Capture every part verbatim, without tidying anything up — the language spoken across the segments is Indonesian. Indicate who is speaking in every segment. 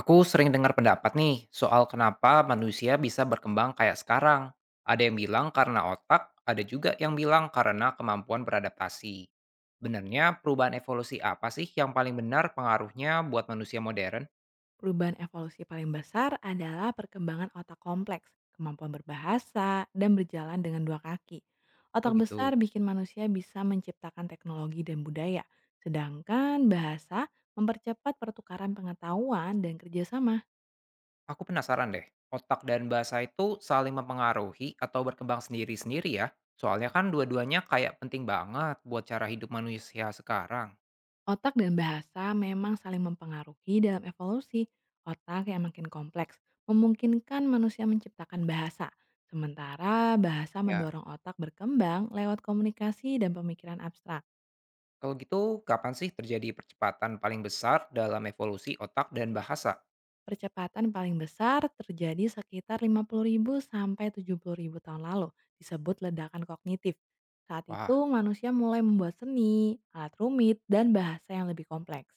Speaker 1: Aku sering dengar pendapat nih soal kenapa manusia bisa berkembang kayak sekarang. Ada yang bilang karena otak, ada juga yang bilang karena kemampuan beradaptasi. Benarnya perubahan evolusi apa sih yang paling benar pengaruhnya buat manusia modern?
Speaker 2: Perubahan evolusi paling besar adalah perkembangan otak kompleks, kemampuan berbahasa, dan berjalan dengan dua kaki.
Speaker 1: Oh
Speaker 2: Otak besar
Speaker 1: gitu.
Speaker 2: bikin manusia bisa menciptakan teknologi dan budaya, sedangkan bahasa mempercepat pertukaran pengetahuan dan kerjasama.
Speaker 1: Aku penasaran deh, otak dan bahasa itu saling mempengaruhi atau berkembang sendiri-sendiri ya? Soalnya kan dua-duanya kayak penting banget buat cara hidup manusia sekarang.
Speaker 2: Otak dan bahasa memang saling mempengaruhi dalam evolusi. Otak yang makin kompleks memungkinkan manusia menciptakan bahasa, sementara bahasa
Speaker 1: Ya.
Speaker 2: mendorong otak berkembang lewat komunikasi dan pemikiran abstrak.
Speaker 1: Kalau gitu, kapan sih terjadi percepatan paling besar dalam evolusi otak dan bahasa?
Speaker 2: Percepatan paling besar terjadi sekitar lima puluh ribu sampai tujuh puluh ribu tahun lalu, disebut ledakan kognitif. Saat
Speaker 1: Wah,
Speaker 2: itu manusia mulai membuat seni, alat rumit, dan bahasa yang lebih kompleks.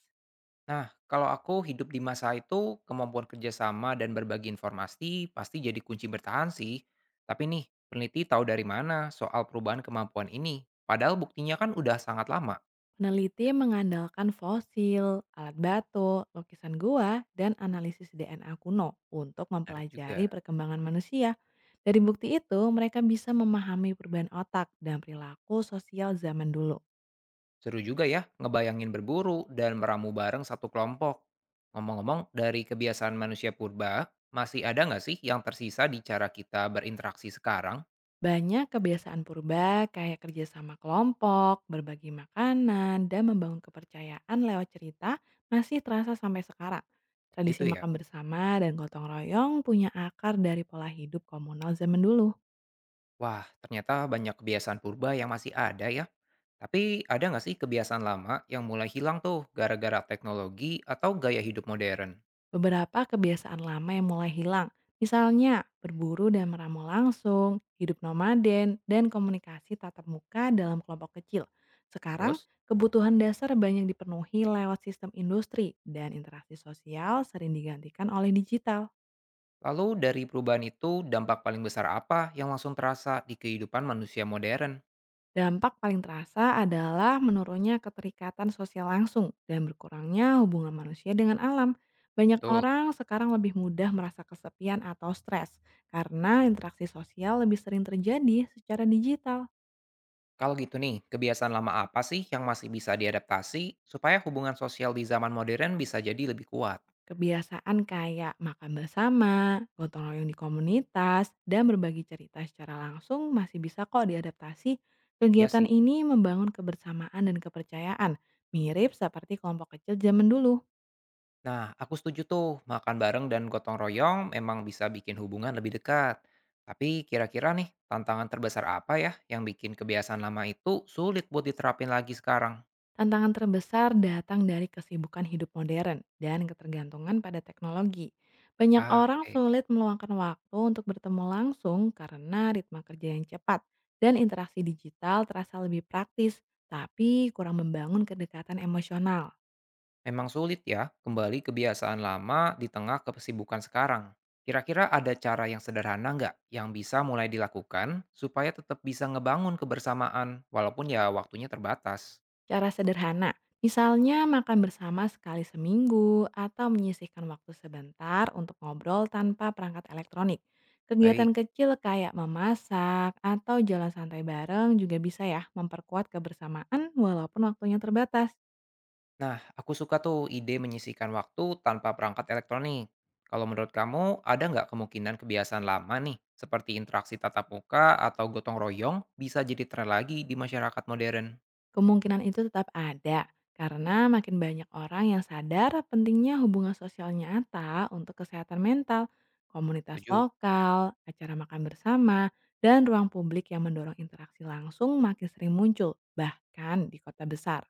Speaker 1: nah kalau aku hidup di masa itu, kemampuan kerjasama dan berbagi informasi pasti jadi kunci bertahan sih. Tapi nih, peneliti tahu dari mana soal perubahan kemampuan ini? Padahal buktinya kan udah sangat lama.
Speaker 2: Peneliti mengandalkan fosil, alat batu, lukisan gua, dan analisis D N A kuno untuk
Speaker 1: Menarik
Speaker 2: mempelajari
Speaker 1: juga.
Speaker 2: perkembangan manusia. Dari bukti itu, mereka bisa memahami perubahan otak dan perilaku sosial zaman dulu.
Speaker 1: Seru juga ya, ngebayangin berburu dan meramu bareng satu kelompok. Ngomong-ngomong, dari kebiasaan manusia purba, masih ada nggak sih yang tersisa di cara kita berinteraksi sekarang?
Speaker 2: Banyak kebiasaan purba kayak kerja sama kelompok, berbagi makanan, dan membangun kepercayaan lewat cerita masih terasa sampai sekarang. Tradisi
Speaker 1: Gitu ya.
Speaker 2: makan bersama dan gotong royong punya akar dari pola hidup komunal zaman dulu.
Speaker 1: Wah, ternyata banyak kebiasaan purba yang masih ada ya. Tapi ada nggak sih kebiasaan lama yang mulai hilang tuh gara-gara teknologi atau gaya hidup modern?
Speaker 2: Beberapa kebiasaan lama yang mulai hilang, misalnya berburu dan meramu langsung, hidup nomaden, dan komunikasi tatap muka dalam kelompok kecil. Sekarang,
Speaker 1: Terus,
Speaker 2: kebutuhan dasar banyak dipenuhi lewat sistem industri dan interaksi sosial sering digantikan oleh digital.
Speaker 1: lalu dari perubahan itu dampak paling besar apa yang langsung terasa di kehidupan manusia modern?
Speaker 2: Dampak paling terasa adalah menurunnya keterikatan sosial langsung dan berkurangnya hubungan manusia dengan alam. Banyak
Speaker 1: Betul.
Speaker 2: orang sekarang lebih mudah merasa kesepian atau stres karena interaksi sosial lebih sering terjadi secara digital.
Speaker 1: Kalau gitu nih, kebiasaan lama apa sih yang masih bisa diadaptasi supaya hubungan sosial di zaman modern bisa jadi lebih kuat?
Speaker 2: Kebiasaan kayak makan bersama, gotong royong di komunitas, dan berbagi cerita secara langsung masih bisa kok diadaptasi.
Speaker 1: Ya
Speaker 2: Kegiatan
Speaker 1: sih.
Speaker 2: ini membangun kebersamaan dan kepercayaan, mirip seperti kelompok kecil zaman dulu.
Speaker 1: Nah, aku setuju tuh, makan bareng dan gotong royong memang bisa bikin hubungan lebih dekat. Tapi kira-kira nih, tantangan terbesar apa ya yang bikin kebiasaan lama itu sulit buat diterapin lagi sekarang?
Speaker 2: Tantangan terbesar datang dari kesibukan hidup modern dan ketergantungan pada teknologi. Banyak
Speaker 1: Ah,
Speaker 2: orang
Speaker 1: oke.
Speaker 2: sulit meluangkan waktu untuk bertemu langsung karena ritme kerja yang cepat dan interaksi digital terasa lebih praktis, tapi kurang membangun kedekatan emosional.
Speaker 1: Memang sulit ya, kembali kebiasaan lama di tengah kesibukan sekarang. Kira-kira ada cara yang sederhana nggak yang bisa mulai dilakukan supaya tetap bisa ngebangun kebersamaan walaupun ya waktunya terbatas?
Speaker 2: Cara sederhana, misalnya makan bersama sekali seminggu atau menyisihkan waktu sebentar untuk ngobrol tanpa perangkat elektronik. Kegiatan
Speaker 1: Baik.
Speaker 2: kecil kayak memasak atau jalan santai bareng juga bisa ya memperkuat kebersamaan walaupun waktunya terbatas.
Speaker 1: Nah, aku suka tuh ide menyisihkan waktu tanpa perangkat elektronik. Kalau menurut kamu, ada nggak kemungkinan kebiasaan lama nih, seperti interaksi tatap muka atau gotong royong, bisa jadi tren lagi di masyarakat modern?
Speaker 2: Kemungkinan itu tetap ada, karena makin banyak orang yang sadar pentingnya hubungan sosial nyata untuk kesehatan mental, komunitas
Speaker 1: Setuju.
Speaker 2: lokal, acara makan bersama, dan ruang publik yang mendorong interaksi langsung makin sering muncul, bahkan di kota besar.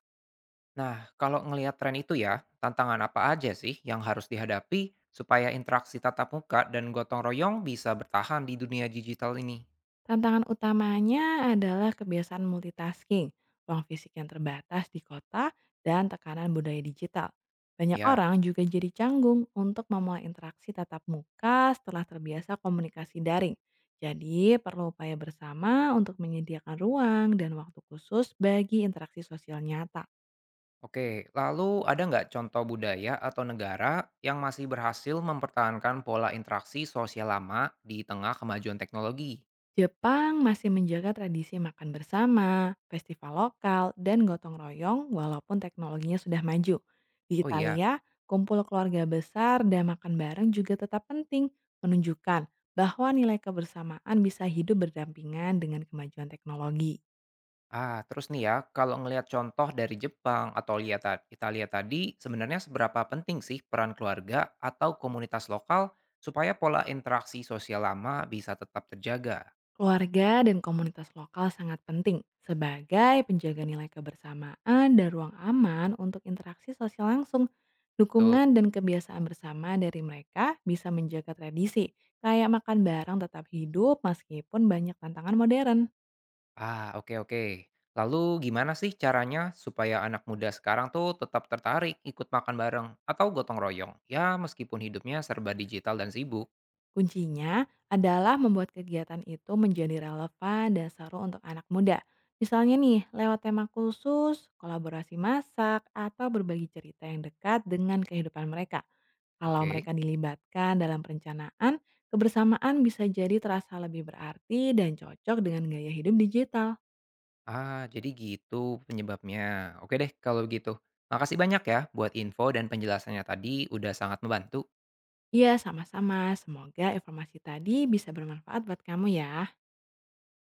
Speaker 1: Nah, kalau ngelihat tren itu ya, tantangan apa aja sih yang harus dihadapi supaya interaksi tatap muka dan gotong royong bisa bertahan di dunia digital ini?
Speaker 2: Tantangan utamanya adalah kebiasaan multitasking, ruang fisik yang terbatas di kota, dan tekanan budaya digital. Banyak
Speaker 1: Ya.
Speaker 2: orang juga jadi canggung untuk memulai interaksi tatap muka setelah terbiasa komunikasi daring. Jadi, perlu upaya bersama untuk menyediakan ruang dan waktu khusus bagi interaksi sosial nyata.
Speaker 1: Oke, lalu ada nggak contoh budaya atau negara yang masih berhasil mempertahankan pola interaksi sosial lama di tengah kemajuan teknologi?
Speaker 2: Jepang masih menjaga tradisi makan bersama, festival lokal, dan gotong royong walaupun teknologinya sudah maju. Di
Speaker 1: Oh iya,
Speaker 2: Italia, kumpul keluarga besar dan makan bareng juga tetap penting, menunjukkan bahwa nilai kebersamaan bisa hidup berdampingan dengan kemajuan teknologi.
Speaker 1: ah terus nih ya, kalau ngelihat contoh dari Jepang atau lihat ta- Italia tadi, sebenarnya seberapa penting sih peran keluarga atau komunitas lokal supaya pola interaksi sosial lama bisa tetap terjaga?
Speaker 2: Keluarga dan komunitas lokal sangat penting sebagai penjaga nilai kebersamaan dan ruang aman untuk interaksi sosial langsung.
Speaker 1: Betul.
Speaker 2: Dukungan dan kebiasaan bersama dari mereka bisa menjaga tradisi, kayak makan bareng tetap hidup meskipun banyak tantangan modern.
Speaker 1: Ah, oke oke. Lalu gimana sih caranya supaya anak muda sekarang tuh tetap tertarik ikut makan bareng atau gotong royong? Ya, meskipun hidupnya serba digital dan sibuk.
Speaker 2: Kuncinya adalah membuat kegiatan itu menjadi relevan dan seru untuk anak muda. Misalnya nih, lewat tema khusus, kolaborasi masak, atau berbagi cerita yang dekat dengan kehidupan mereka. Kalau
Speaker 1: Oke.
Speaker 2: mereka dilibatkan dalam perencanaan, kebersamaan bisa jadi terasa lebih berarti dan cocok dengan gaya hidup digital.
Speaker 1: Ah, jadi gitu penyebabnya. Oke deh kalau gitu. Makasih banyak ya buat info dan penjelasannya tadi udah sangat membantu.
Speaker 2: Iya, sama-sama. Semoga informasi tadi bisa bermanfaat buat kamu ya.